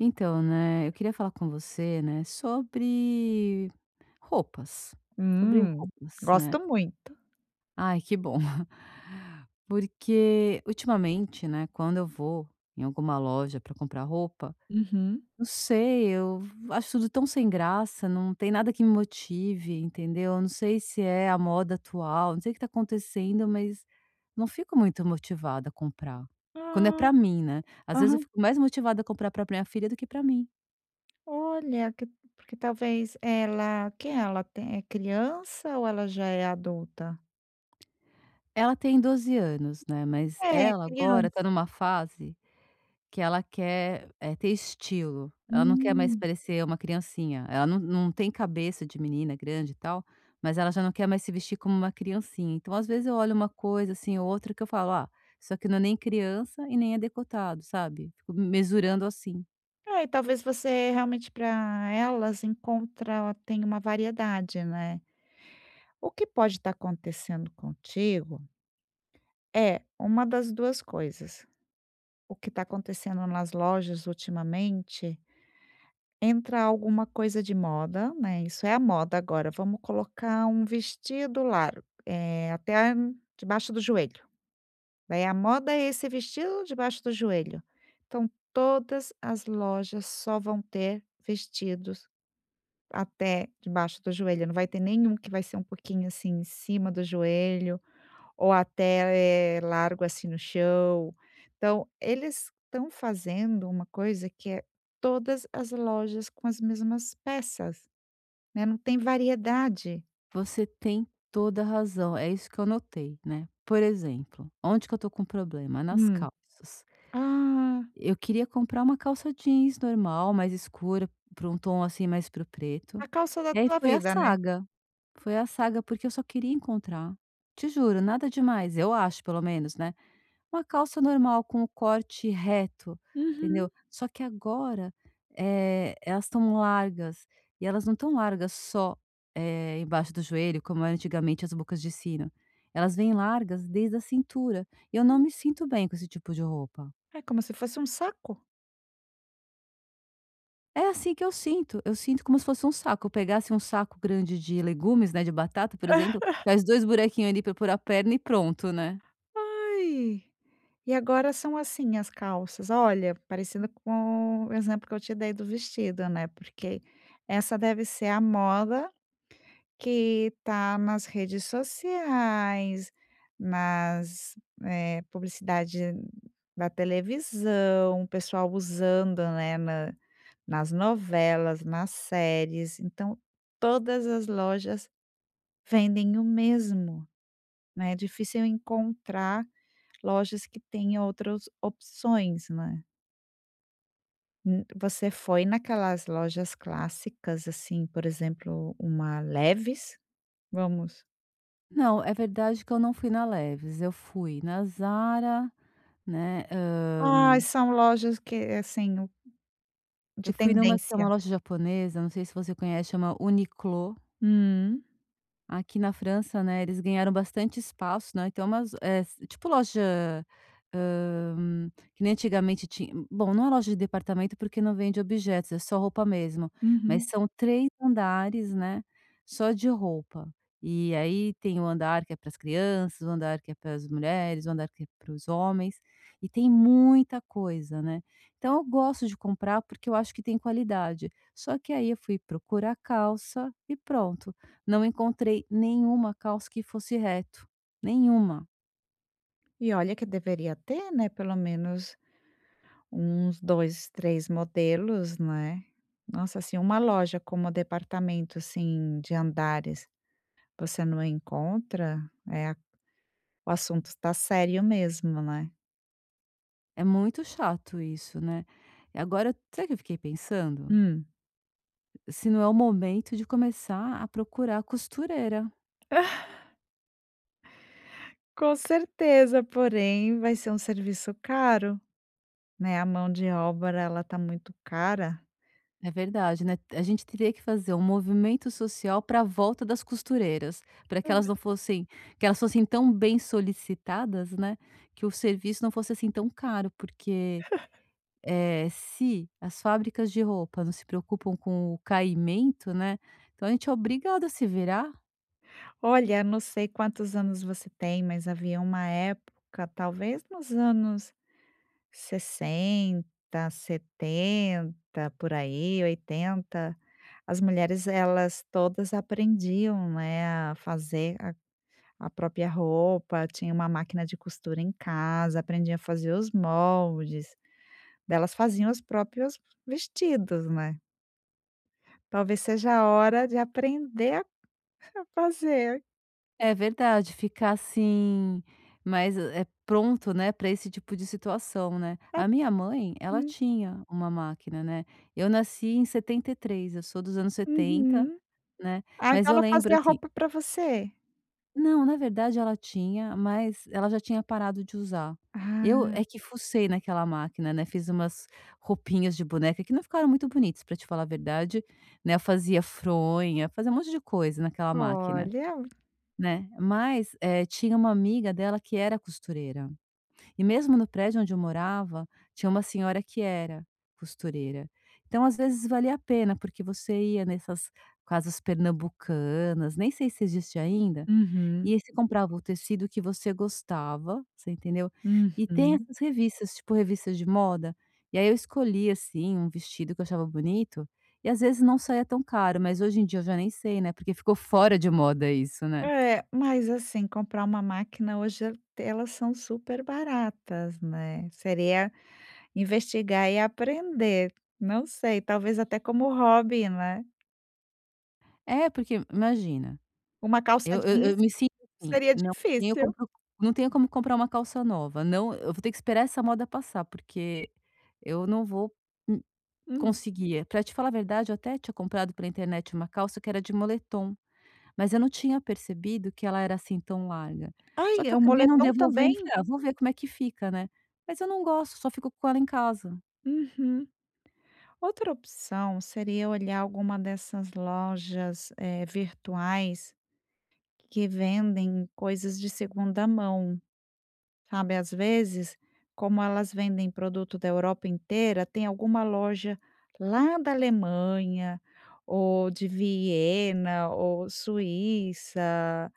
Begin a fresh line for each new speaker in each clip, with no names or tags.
Então, né, eu queria falar com você, né, roupas, sobre
Hum,
roupas, né.
gosto muito.
Ai, que bom. Porque ultimamente, né, quando eu vou em alguma loja para comprar roupa,
Uhum.
não sei, eu acho tudo tão sem graça, não tem nada que me motive, entendeu. Eu não sei se é a moda atual, não sei o que tá acontecendo, mas não fico muito motivada a comprar. Quando é
Ah,
para mim, né. Às vezes eu
aham.
fico mais motivada a comprar pra minha filha do que para mim.
Olha, que porque talvez ela quem é? Ela tem é criança ou ela já é adulta?
Ela tem 12 anos, né, mas
É,
ela agora tá
criança.
numa fase que ela quer, ter estilo, ela não quer mais
Hum.
parecer uma criancinha, ela não tem cabeça de menina grande e tal, mas ela já não quer mais se vestir como uma criancinha. Então, às vezes, eu olho uma coisa, assim, ou outra que eu falo: "Ah, isso aqui não é nem criança e nem é decotado", sabe, fico mesurando assim.
É, e talvez você realmente para elas encontra tem uma variedade, né. O que pode estar acontecendo contigo é uma das 2 coisas, o que está acontecendo nas lojas ultimamente. Entra alguma coisa de moda, né, isso é a moda agora, vamos colocar um vestido largo, até debaixo do joelho, daí a moda é esse vestido debaixo do joelho. Então todas as lojas só vão ter vestidos até debaixo do joelho, não vai ter nenhum que vai ser um pouquinho, assim, em cima do joelho ou até, largo assim no chão. Então, eles estão fazendo uma coisa que é todas as lojas com as mesmas peças, né, não tem variedade.
Você tem toda a razão, é isso que eu notei, né. Por exemplo, onde que eu tô com problema? Nas
Hum.
calças.
Ah,
Eu queria comprar uma calça jeans normal, mais escura, para um tom, assim, mais para o preto.
a calça da
E aí
tua vida, né?
foi a saga, porque eu só queria encontrar, te juro, nada demais, eu acho pelo menos, né, uma calça normal com o corte reto, entendeu.
Uhum.
Só que agora, elas estão largas, e elas não estão largas só, embaixo do joelho, como era antigamente as bocas de sino, elas vêm largas desde a cintura, e eu não
Hum.
me sinto bem com esse tipo de roupa.
É como se fosse um saco.
É assim que eu sinto como se fosse um saco, eu pegasse um saco grande de legumes, né, de batata, por exemplo, faz 2 buraquinhos ali para pôr a perna e pronto, né.
Ai, e agora são assim as calças. Olha, parecendo com o exemplo que eu te dei do vestido, né, porque essa deve ser a moda que tá nas redes sociais, nas, publicidade da televisão, o pessoal usando, né, na nas novelas, nas séries, então todas as lojas vendem o mesmo, né, é difícil encontrar lojas que tenham outras opções, né. Você foi naquelas lojas clássicas, assim, por exemplo, uma Leves, Vamos
Não, é verdade que eu não fui na Leves. Eu fui na Zara, né,
ai, são lojas que, assim, o
eu
de
fui numa que é
tendência.
uma loja japonesa, não sei se você conhece, chama Uniqlo.
Hum,
Aqui na França, né, eles ganharam bastante espaço, né, então umas eh, s tipo loja, que nem antigamente tinha. Bom, não é loja de departamento, porque não vende objetos, é só roupa mesmo, mas
uhum.
são 3 andares, né, só de roupa. E aí tem o andar que é para as crianças, o andar que é para as mulheres, o andar que é para os homens, e tem muita coisa, né. Então eu gosto de comprar, porque eu acho que tem qualidade. Só que aí eu fui procurar calça e pronto. Não encontrei nenhuma calça que fosse reto, nenhuma.
E olha que deveria ter, né, pelo menos uns 2, 3 modelos, né. Nossa, assim, uma loja como departamento, assim, de andares, você não encontra, eh, o assunto está sério mesmo, né.
É muito chato isso, né. E agora sabe o que eu fiquei pensando?
Hum.
Se não é o momento de começar a procurar a costureira.
Com certeza, porém vai ser um serviço caro, né, a mão de obra ela tá muito cara.
É verdade, né, a gente teria que fazer um movimento social para a volta das costureiras, para que elas não fossem que elas fossem tão bem solicitadas, né, que o serviço não fosse assim tão caro, porque se as fábricas de roupa não se preocupam com o caimento, né, então a gente é obrigado a se virar.
Olha, não sei quantos anos você tem, mas havia uma época, talvez nos anos 60, 70, por aí, 80, as mulheres elas todas aprendiam, né, a fazer a própria roupa, tinha uma máquina de costura em casa, aprendiam a fazer os moldes, daí elas faziam os próprios vestidos, né. Talvez seja a hora de aprender a fazer.
É verdade, ficar assim, mas é pronto, né, para esse tipo de situação, né. A minha mãe, ela tinha uma máquina, né. Eu nasci em 73, eu sou dos anos 70,
Uhum.
né,
Ah,
mas
então
eu
ela
lembro,
fazia
assim.
roupa pra você?
Não, na verdade ela tinha, mas ela já tinha parado de usar.
Ah,
Eu é que fucei naquela máquina, né, fiz umas roupinhas de boneca que não ficaram muito bonitas, pra te falar a verdade, né, eu fazia fronha, fazia um monte de coisa naquela máquina,
olha.
né. Mas, tinha uma amiga dela que era costureira, e mesmo no prédio onde eu morava, tinha uma senhora que era costureira. Então, às vezes, valia a pena, porque você ia nessas casas pernambucanas, nem sei se existe ainda,
Uhum,
e aí você comprava o tecido que você gostava, você entendeu? E tem
uhum.
essas revistas, tipo revistas de moda, e aí eu escolhi assim, um vestido que eu achava bonito, e às vezes não saía tão caro, mas hoje em dia eu já nem sei, né, porque ficou fora de moda isso, né.
É, mas assim, comprar uma máquina hoje el elas são super baratas, né. Seria investigar e aprender. Não sei, talvez até como hobby, né.
É, porque imagina,
Uma calça
eu eu
jeans
eu me sinto assim,
seria difícil.
não tenho como comprar uma calça nova, não, eu vou ter que esperar essa moda passar, porque eu não vou, hum,
Hum.
conseguir. Pra te falar a verdade, eu até tinha comprado pela internet uma calça que era de moletom. Mas eu não tinha percebido que ela era assim tão larga. Só que
Ai,
eu
um
acabei não
moletom
devolvendo,
também?
falei: "Ah, vou ver como é que fica, né". Mas eu não gosto, só fico com ela em casa.
Uhum. Outra opção seria olhar alguma dessas lojas, virtuais que vendem coisas de segunda mão, sabe, às vezes, como elas vendem produto da Europa inteira, tem alguma loja lá da Alemanha, ou de Viena, ou Suíça,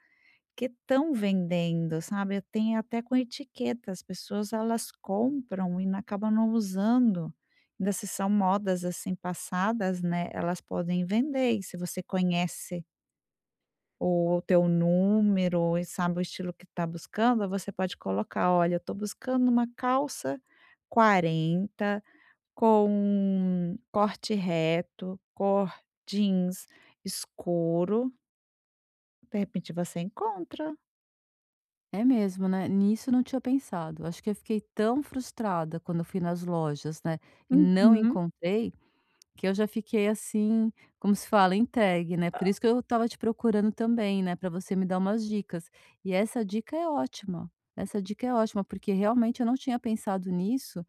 que estão vendendo, sabe, tem até com etiqueta, as pessoas elas compram e não acabam não usando. Ainda se são modas, assim, passadas, né, elas podem vender e se você conhece ou o teu número e sabe o estilo que está buscando, você pode colocar: "Olha, eu tô buscando uma calça 40 com corte reto, cor jeans escuro", de repente você encontra.
É mesmo, né, nisso eu não tinha pensado. Acho que eu fiquei tão frustrada quando eu fui nas lojas, né, e não
Uhum.
encontrei, que eu já fiquei assim, como se fala, entregue, né. Por isso que eu estava te procurando também, né, pra você me dar umas dicas. E essa dica é ótima, essa dica é ótima, porque realmente eu não tinha pensado nisso.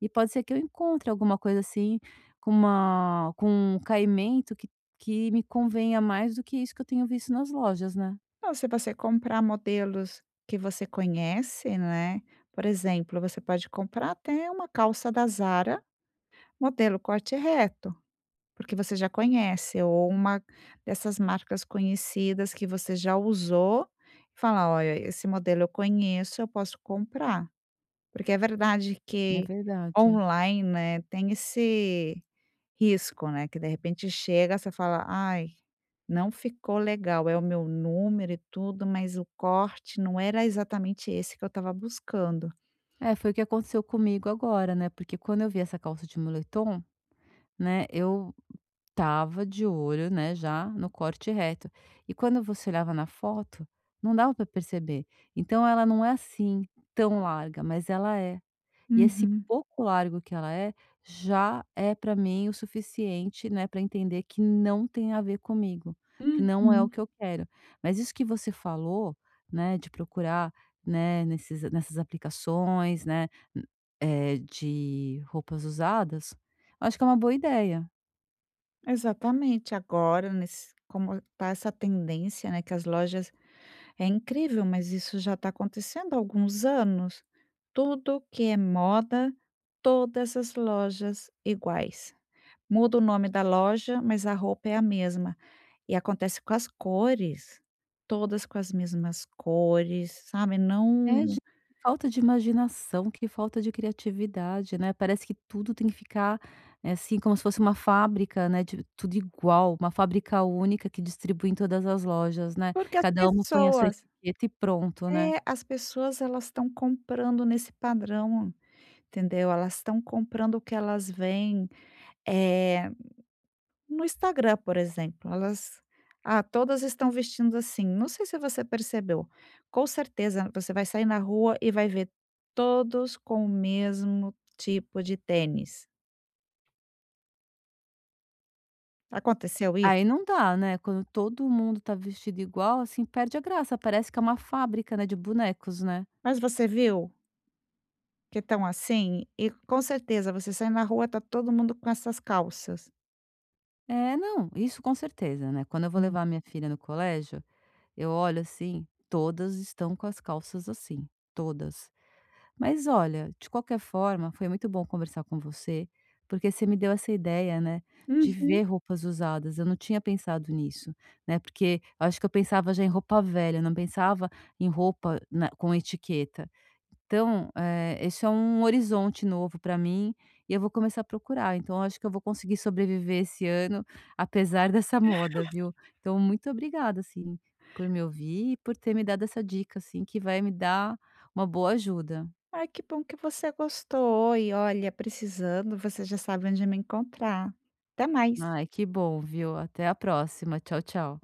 E pode ser que eu encontre alguma coisa assim, com um caimento que me convenha mais do que isso que eu tenho visto nas lojas, né.
Ou se você comprar modelos que você conhece, né, por exemplo, você pode comprar até uma calça da Zara, modelo corte reto. Porque você já conhece, ou uma dessas marcas conhecidas que você já usou, e fala: "Olha, esse modelo eu conheço, eu posso comprar". Porque é verdade
É
que
verdade.
online, né, tem esse risco, né, que de repente chega, você fala: "Ai, não ficou legal, é o meu número e tudo, mas o corte não era exatamente esse que eu estava buscando".
É, foi o que aconteceu comigo agora, né, porque quando eu vi essa calça de moletom, né, eu tava de olho, né, já no corte reto. E quando você olhava na foto, não dava para perceber. Então ela não é assim tão larga, mas ela é. E esse
Uhum.
pouco largo que ela é, já é para mim o suficiente, né, para entender que não tem a ver comigo, que não é o
Uhum.
que eu quero. Mas isso que você falou, né, de procurar, né, nesses nessas aplicações, né, n- de roupas usadas, eu acho que é uma boa ideia.
Exatamente. Agora, nesse como tá essa tendência, né, que as lojas é incrível, mas isso já está acontecendo há alguns anos. Tudo que é moda, todas as lojas iguais. Muda o nome da loja, mas a roupa é a mesma. E acontece com as cores, todas com as mesmas cores, sabe,
É, gente,
não
que falta de imaginação, que falta de criatividade, né, parece que tudo tem que ficar, é, assim, como se fosse uma fábrica, né, de tudo igual, uma fábrica única que distribui em todas as lojas, né,
porque as
cada uma põe a sua
pessoas
etiqueta e pronto, né.
é, as pessoas elas estão comprando nesse padrão, entendeu? Elas estão comprando o que elas veem, eh, no Instagram, por exemplo, elas todas estão vestindo assim. Não sei se você percebeu. Com certeza você vai sair na rua e vai ver todos com o mesmo tipo de tênis. Aconteceu
Aí
isso?
não dá, né, quando todo mundo tá vestido igual, assim, perde a graça, parece que é uma fábrica, né, de bonecos, né.
Mas você viu que estão assim? E com certeza você sai na rua, tá todo mundo com essas calças.
É, não, isso com certeza, né, quando eu vou
Hum.
levar minha filha no colégio, eu olho assim, todas estão com as calças assim, todas. Mas olha, de qualquer forma, foi muito bom conversar com você, porque você me deu essa ideia, né, de
Uhum.
ver roupas usadas. Eu não tinha pensado nisso, né? Porque eu acho que eu pensava já em roupa velha, não pensava em roupa na- com etiqueta. Então, esse é um horizonte novo para mim e eu vou começar a procurar. Então, eu acho que eu vou conseguir sobreviver esse ano, apesar dessa moda, viu? Então, muito obrigada, assim, por me ouvir e por ter me dado essa dica, assim, que vai me dar uma boa ajuda.
Ai, que bom que você gostou. E olha, precisando, você já sabe onde me encontrar. Até mais.
Ai, que bom, viu? Até a próxima. Tchau, tchau.